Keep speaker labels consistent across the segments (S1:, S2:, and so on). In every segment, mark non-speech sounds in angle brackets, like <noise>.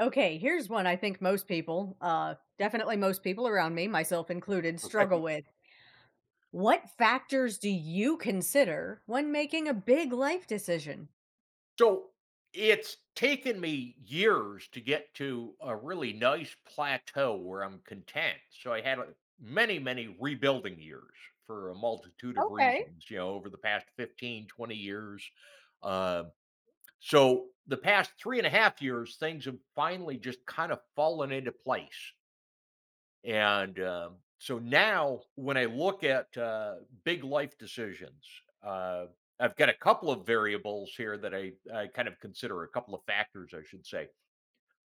S1: Okay, here's one I think most people, definitely most people around me, myself included, struggle
S2: Right.
S1: with. What factors do you consider when making a big life decision?
S2: So it's taken me years to get to a really nice plateau where I'm content. So I had many, many rebuilding years for a multitude of
S1: Okay.
S2: reasons, you know, over the past 15, 20 years. Uh, so the past 3.5 years, things have finally just kind of fallen into place. And, so now when I look at, big life decisions, uh, I've got a couple of variables here that I kind of consider, a couple of factors, I should say.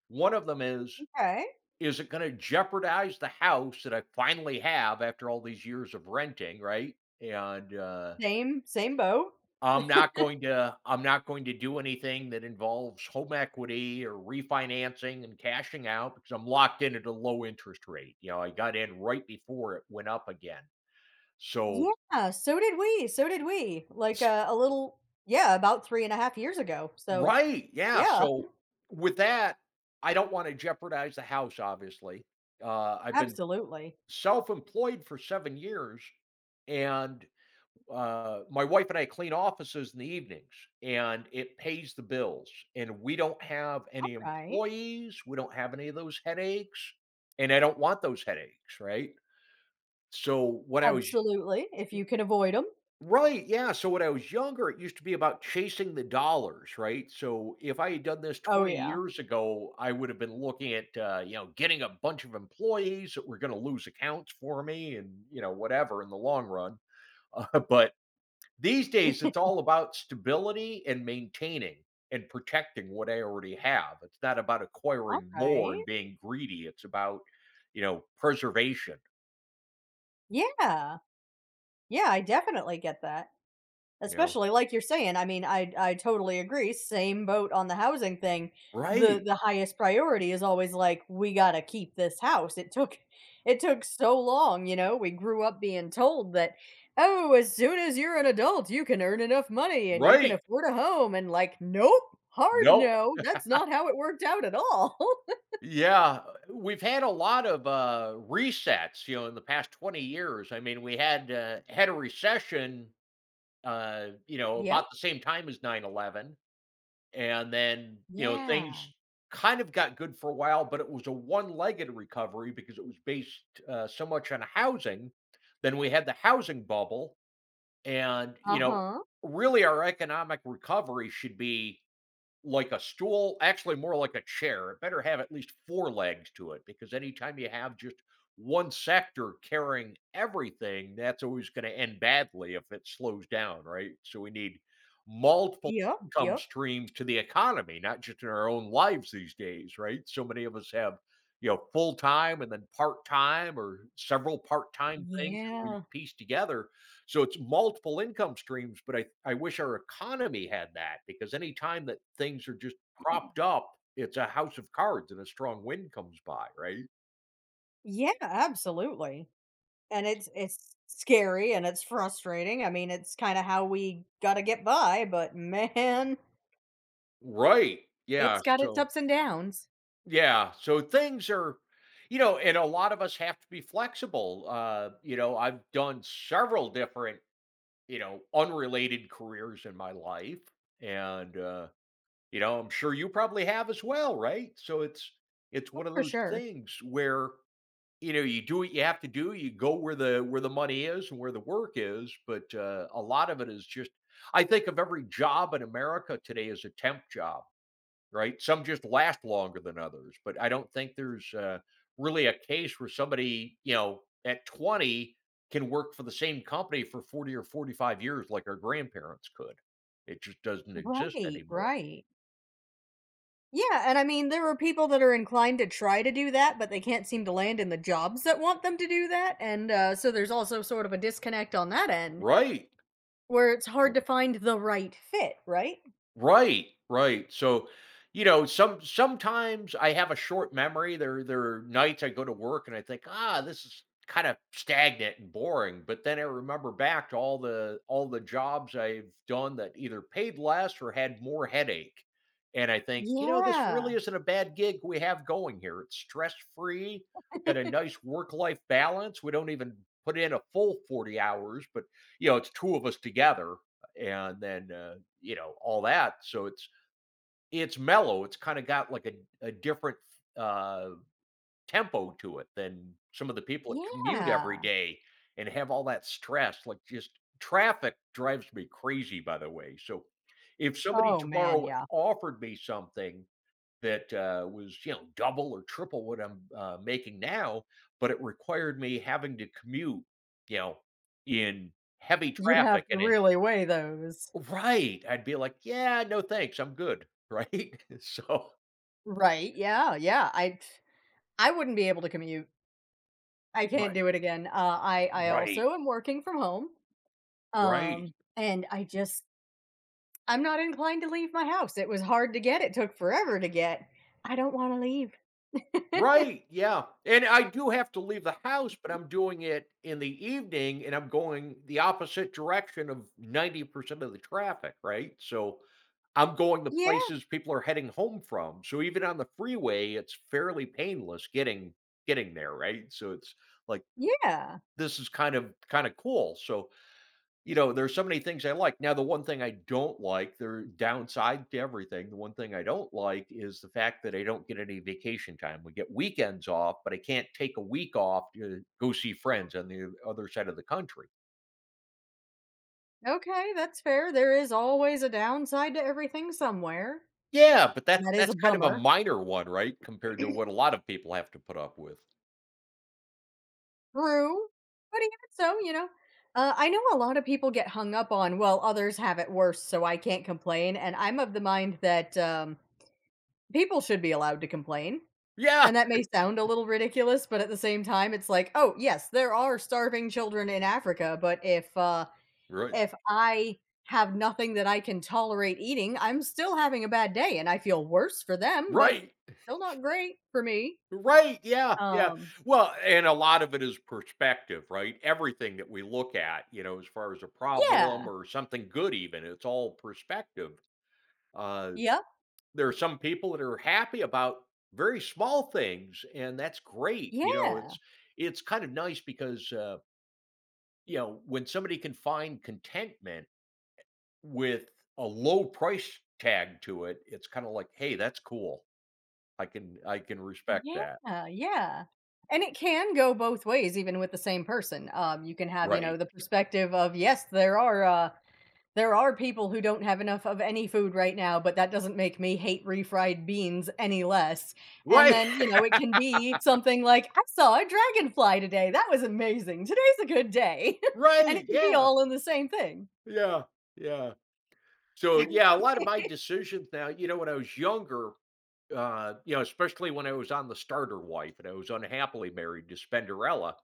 S2: One of them is,
S1: Okay.
S2: is it gonna jeopardize the house that I finally have after all these years of renting, right? And,
S1: Same, same boat.
S2: I'm not going to I'm not going to do anything that involves home equity or refinancing and cashing out because I'm locked in at a low interest rate. You know, I got in right before it went up again. So,
S1: Yeah, so did we. So did we. Like
S2: s-
S1: a little, yeah, about three and a half years ago. So,
S2: right, yeah.
S1: yeah,
S2: So with that, I don't want to jeopardize the house. Obviously, I've been
S1: absolutely.
S2: self-employed for 7 years, and my wife and I clean offices in the evenings and it pays the bills. And we don't have
S1: All
S2: any
S1: right.
S2: employees. We don't have any of those headaches. And I don't want those headaches. Right. So when I was,
S1: Absolutely. If you can avoid them.
S2: right. Yeah. So when I was younger, it used to be about chasing the dollars. Right. So if I had done this
S1: Oh,
S2: 20
S1: yeah.
S2: years ago, I would have been looking at, you know, getting a bunch of employees that were going to lose accounts for me and, you know, whatever in the long run. <laughs> But These days, it's all about stability and maintaining and protecting what I already have. It's not about
S1: All
S2: acquiring more and
S1: right.
S2: being greedy. It's about preservation,
S1: Yeah. Yeah, I definitely get that.
S2: you know.
S1: Especially like you're saying, I mean, I totally agree, same boat on the housing thing. The
S2: Right.
S1: the highest priority is always like, "We gotta keep this house." It took so long, you know, we grew up being told that, "Oh, as soon as you're an adult, you can earn enough money and you can
S2: Right.
S1: afford a home," and like, "Nope, hard
S2: No.
S1: no, that's not how it worked out at all." <laughs>
S2: Yeah, we've had a lot of resets, you know, in the past 20 years. I mean, we had a recession, you know,
S1: Yep,
S2: about the same time as 9/11. And then, you know,
S1: yeah,
S2: things kind of got good for a while, but it was a one-legged recovery because it was based so much on housing. Then we had the housing bubble, and, you know,
S1: uh-huh,
S2: really, our economic recovery should be like a stool, actually more like a chair. It better have at least four legs to it because anytime you have just one sector carrying everything, that's always going to end badly if it slows down, right? So we need multiple
S1: yep,
S2: income
S1: yep.
S2: streams to the economy, not just in our own lives these days, right? So many of us have, you know, full time and then part time or several part time things that we
S1: Yeah,
S2: piece together, so it's multiple income streams, but I wish our economy had that, because any time that things are just propped up, it's a house of cards and a strong wind comes by, right?
S1: yeah, absolutely. And it's scary and it's frustrating. I mean, it's kinda how we gotta get by, but <laughs> man,
S2: Right. Yeah.
S1: it's got its
S2: So,
S1: ups and downs.
S2: yeah. So things are, you know, and a lot of us have to be flexible. You know, I've done several different, you know, unrelated careers in my life. And, you know, I'm sure you probably have as well, right? So it's
S1: Oh,
S2: one of
S1: for
S2: those
S1: sure.
S2: things where you know, you do what you have to do, you go where the money is and where the work is, but, a lot of it is just, I think of every job in America today as a temp job, right? Some just last longer than others, but I don't think there's, really a case where somebody, you know, at 20 can work for the same company for 40 or 45 years like our grandparents could. It just doesn't exist
S1: Right,
S2: anymore.
S1: right. Yeah, and I mean, there are people that are inclined to try to do that, but they can't seem to land in the jobs that want them to do that, and, so there's also sort of a disconnect on that end,
S2: Right.
S1: where it's hard to
S2: Yeah.
S1: find the right fit, right?
S2: Right, right. So, you know, sometimes I have a short memory. There are nights I go to work and I think, ah, this is kind of stagnant and boring. But then I remember back to all the jobs I've done that either paid less or had more headache. And I think, you know, this
S1: Yeah.
S2: really isn't a bad gig we have going here. It's stress free, got a
S1: <laughs>
S2: nice work life balance. We don't even put in a full 40 hours, but, you know, it's two of us together. And then you know, all that, so it's mellow, it's kind of got like a different uh tempo to it than some of the people that commute every
S1: Yeah.
S2: day and have all that stress, like, just traffic drives me crazy, by the way. So if somebody
S1: Oh, man,
S2: tomorrow
S1: yeah.
S2: offered me something that was, you know, double or triple what I'm making now, but it required me having to commute, you know, in heavy
S1: You'd have
S2: traffic
S1: to
S2: and a
S1: really weigh those.
S2: right, I'd be like, "Yeah, no thanks, I'm good." <laughs> Right?
S1: Right, yeah, yeah, I wouldn't be able to commute. I can't
S2: Right.
S1: do it again. I
S2: Right,
S1: also am working from home,
S2: right,
S1: and I just I'm not inclined to leave my house. It was hard to get, it took forever to get. I don't wanna leave. <laughs>
S2: right, yeah, and I do have to leave the house, but I'm doing it in the evening, and I'm going the opposite direction of 90% of the traffic, right? So, I'm going to
S1: Yeah,
S2: places people are heading home from, so even on the freeway, it's fairly painless getting there, right? So it's like,
S1: yeah.
S2: this is kinda cool. So, you know, there's so many things I like. Now, the one thing I don't like, their downside to everything, the one thing I don't like is the fact that I don't get any vacation time. We get weekends off, but I can't take a week off to go see friends on the other side of the country.
S1: Okay, that's fair. There is always a downside to everything somewhere,
S2: Yeah, but
S1: and
S2: that's
S1: that is a
S2: that's kind of a
S1: bummer.
S2: minor one, right? Compared to what a lot of people have to put up with.
S1: True, but even so, you know, I know a lot of people get hung up on, well, others have it worse, so I can't complain. And I'm of the mind that people should be allowed to complain.
S2: Yeah,
S1: And that may sound a little ridiculous, but at the same time, it's like, oh, yes, there are starving children in Africa, but if uh,
S2: right,
S1: if I have nothing that I can tolerate eating, I'm still having a bad day, and I feel worse for them, but
S2: right.
S1: still not great for me.
S2: Right, yeah, yeah.
S1: Um,
S2: Well, and a lot of it is perspective, right? Everything that we look at, you know, as far as a problem
S1: yeah,
S2: or something good even, it's all perspective. Uh,
S1: yep,
S2: there are some people that are happy about very small things, and that's great. You know,
S1: yeah.
S2: it's kind of nice because, you know, when somebody can find contentment with a low price tag to it, it's kind of like, hey, that's cool. I can respect that.
S1: Yeah, yeah. And it can go both ways even with the same person. You can have, you know,
S2: Right.
S1: the perspective of, yes, there are people who don't have enough of any food right now, but that doesn't make me hate refried beans any less. And
S2: Right.
S1: then, you
S2: <laughs>
S1: know, it can be something like, I saw a dragonfly today. That was amazing. Today's a good day. <laughs> And it
S2: Right.
S1: can be
S2: Yeah.
S1: all in the same thing.
S2: Yeah, yeah. So, yeah, a lot of my
S1: <laughs>
S2: decisions now, you know, when I was younger, you know, especially when I was on the starter wife and I was unhappily married to Spenderella,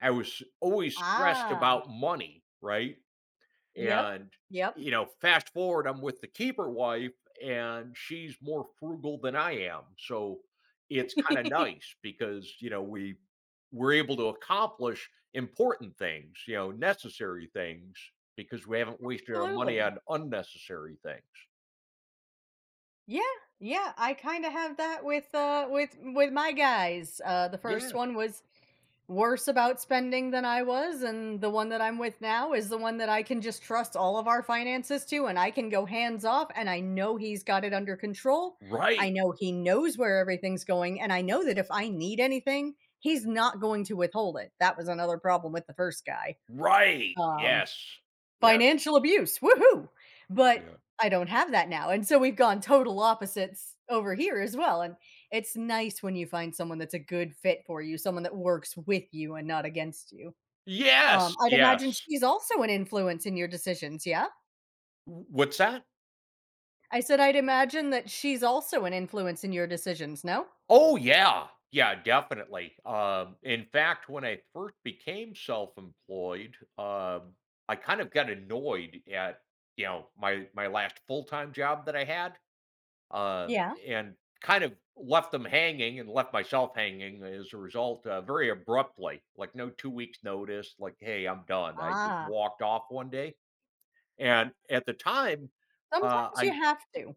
S2: I was always stressed
S1: Ah,
S2: about money, right?
S1: yep,
S2: And,
S1: yep.
S2: you know, fast forward, I'm with the keeper wife and she's more frugal than I am. So it's kind of
S1: <laughs>
S2: nice because, you know, we're able to accomplish important things, you know, necessary things, because we haven't wasted our money
S1: Absolutely.
S2: on unnecessary things.
S1: Yeah, yeah, I kinda have that with, with my guys. The first
S2: Yeah.
S1: one was worse about spending than I was, and the one that I'm with now is the one that I can just trust all of our finances to, and I can go hands off, and I know he's got it under control. I
S2: Right.
S1: know he knows where everything's going, and I know that if I need anything, he's not going to withhold it. That was another problem with the first guy.
S2: Right.
S1: Um.
S2: Yes. Yes.
S1: Financial abuse, woohoo! But
S2: Yeah.
S1: I don't have that now, and so we've gone total opposites over here as well, and it's nice when you find someone that's a good fit for you, someone that works with you and not against you.
S2: Yes.
S1: I'd imagine
S2: Yes.
S1: she's also an influence in your decisions, yeah?
S2: What's that?
S1: I said I'd imagine that she's also an influence in your decisions, no?
S2: Oh, yeah. Yeah, definitely. In fact, when I first became self-employed, I kind of got annoyed at, you know, my last full-time job that I had, um,
S1: Yeah.
S2: and kind of left them hanging and left myself hanging as a result, very abruptly, like no 2 weeks notice, like, "Hey, I'm done." I just
S1: Ah,
S2: walked off one day, and at the time,
S1: sometimes you
S2: I
S1: have to.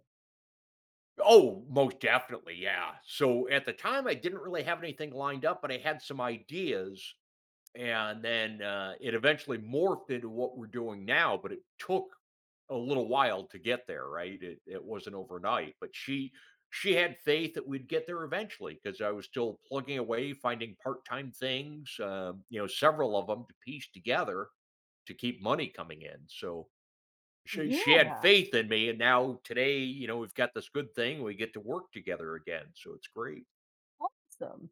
S2: oh, most definitely, yeah. So at the time, I didn't really have anything lined up, but I had some ideas, and then it eventually morphed into what we're doing now. But it took a little while to get there, right? It wasn't overnight, but she had faith that we'd get there eventually, because I was still plugging away, finding part time things, you know, several of them to piece together to keep money coming in. So she had
S1: Yeah,
S2: faith in me, and now today, you know, we've got this good thing. We get to work together again, so it's great.
S1: awesome.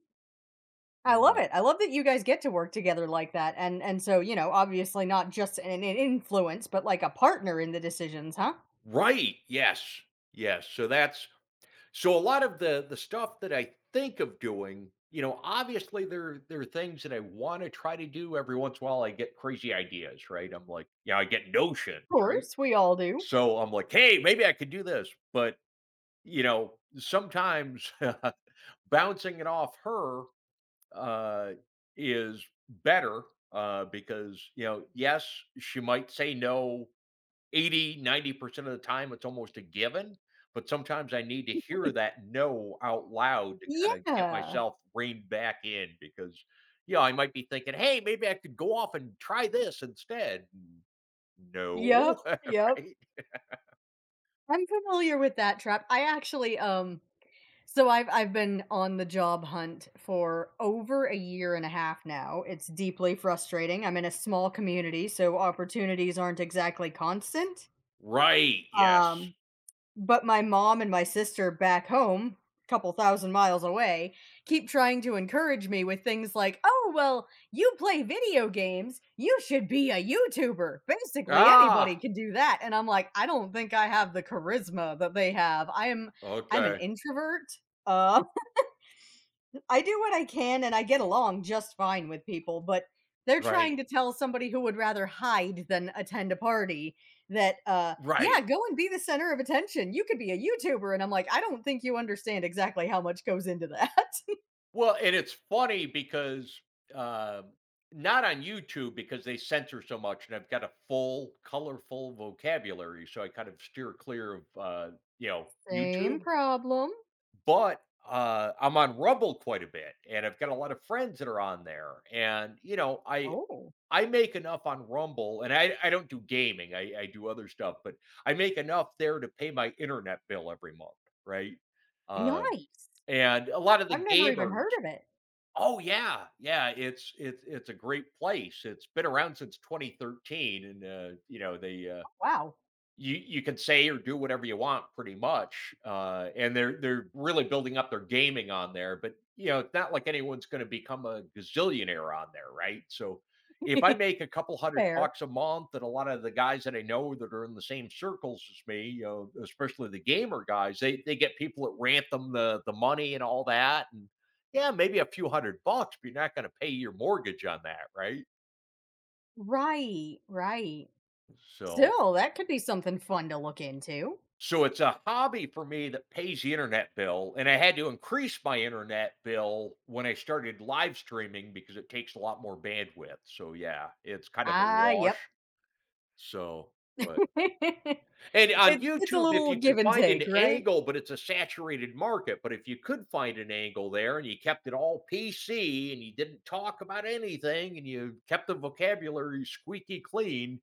S1: I love
S2: Yeah.
S1: it. I love that you guys get to work together like that. And so, you know, obviously not just an influence, but like a partner in the decisions, huh?
S2: Right. Yes. Yes. So a lot of the stuff that I think of doing, you know, obviously there are things that I want to try to do every once in a while. I get crazy ideas, right? I'm like, you know, I get notions,
S1: Of
S2: right?
S1: course, we all do.
S2: So I'm like, hey, maybe I could do this, but, you know, sometimes <laughs> bouncing it off her uh, is better, because, you know, yes, she might say no 80, 90% of the time. It's almost a given. But sometimes I need to hear that no out loud to kind of get
S1: Yeah.
S2: myself reined back in, because, you know, I might be thinking, hey, maybe I could go off and try this instead. No,
S1: Yep.
S2: <laughs>
S1: Yep.
S2: right?
S1: I'm familiar with that trap. I actually so I've been on the job hunt for over a year and a half now. It's deeply frustrating. I'm in a small community, so opportunities aren't exactly constant.
S2: Right. Yes.
S1: Um. But my mom and my sister back home, a couple thousand miles away, keep trying to encourage me with things like, "Oh, well, you play video games, you should be a YouTuber. Basically, anybody
S2: Ah,
S1: can do that." And I'm like, "I don't think I have the charisma that they have. I am I'm an
S2: okay.
S1: introvert." Uh. I do what I can and I get along just fine with people, but they're trying
S2: Right.
S1: to tell somebody who would rather hide than attend a party that yeah,
S2: Right.
S1: go and be the center of attention. You could be a YouTuber and I'm like, I don't think you understand exactly how much goes into that. <laughs>
S2: Well, and it's funny because, uh, not on YouTube, because they censor so much, and I've got a full, colorful vocabulary, so I kind of steer clear of, you know,
S1: Same
S2: YouTube,
S1: problem.
S2: but, I'm on Rumble quite a bit, and I've got a lot of friends that are on there, and, you know, I
S1: Oh,
S2: I make enough on Rumble, and I don't do gaming, I do other stuff, but I make enough there to pay my internet bill every month, right? Uh,
S1: nice.
S2: and a lot of
S1: I've
S2: the
S1: never even
S2: gamers.
S1: heard of it.
S2: Oh, yeah, yeah. It's a great place. It's been around since 2013, and you know, they
S1: Wow.
S2: you you can say or do whatever you want, pretty much, and they're really building up their gaming on there. But, you know, it's not like anyone's going to become a gazillionaire on there, right? So if I
S1: <laughs>
S2: make a couple hundred
S1: Fair.
S2: bucks a month, and a lot of the guys that I know that are in the same circles as me, you know, especially the gamer guys, they get people that rant them the money and all that, and yeah, maybe a few hundred bucks, but you're not going to pay your mortgage on that, right?
S1: Right, right.
S2: So
S1: Still, that could be something fun to look into.
S2: So it's a hobby for me that pays the internet bill, and I had to increase my internet bill when I started live streaming because it takes a lot more bandwidth. So yeah, it's kind of a
S1: Ah, yep.
S2: wash. So, but
S1: <laughs>
S2: and on
S1: It's a
S2: YouTube, if
S1: little
S2: you could
S1: give and
S2: find an
S1: take, right?
S2: angle, but it's a saturated market, but if you could find an angle there and you kept it all PC and you didn't talk about anything and you kept the vocabulary squeaky clean,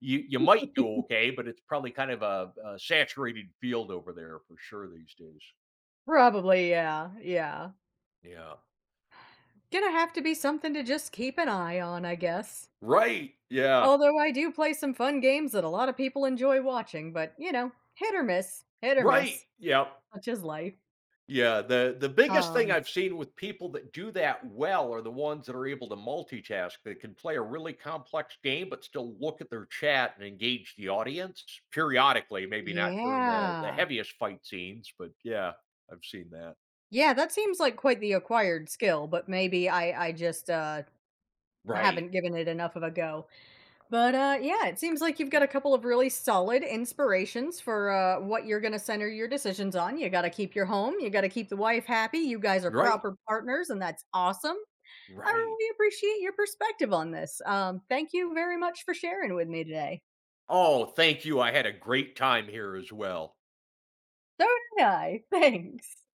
S2: you might do okay,
S1: <laughs>
S2: but it's probably kind of a saturated field over there, for sure, these days.
S1: Probably, yeah, yeah.
S2: Yeah.
S1: Gonna have to be something to just keep an eye on, I guess.
S2: Right. Yeah.
S1: Although I do play some fun games that a lot of people enjoy watching, but, you know, hit or
S2: Right.
S1: miss,
S2: Yep.
S1: such is life.
S2: Yeah, the biggest thing
S1: Um,
S2: I've seen with people that do that well are the ones that are able to multitask, that can play a really complex game but still look at their chat and engage the audience periodically, maybe not during the
S1: yeah.
S2: heaviest fight scenes, but yeah, I've seen that.
S1: Yeah, that seems like quite the acquired skill, but maybe I just,
S2: Right.
S1: haven't given it enough of a go. But yeah, it seems like you've got a couple of really solid inspirations for what you're going to center your decisions on. You got to keep your home, you got to keep the wife happy. You guys are
S2: Right.
S1: proper partners, and that's awesome. I
S2: Right.
S1: really appreciate your perspective on this. Thank you very much for sharing with me today.
S2: Oh, thank you. I had a great time here as well.
S1: So did I. <laughs> Thanks.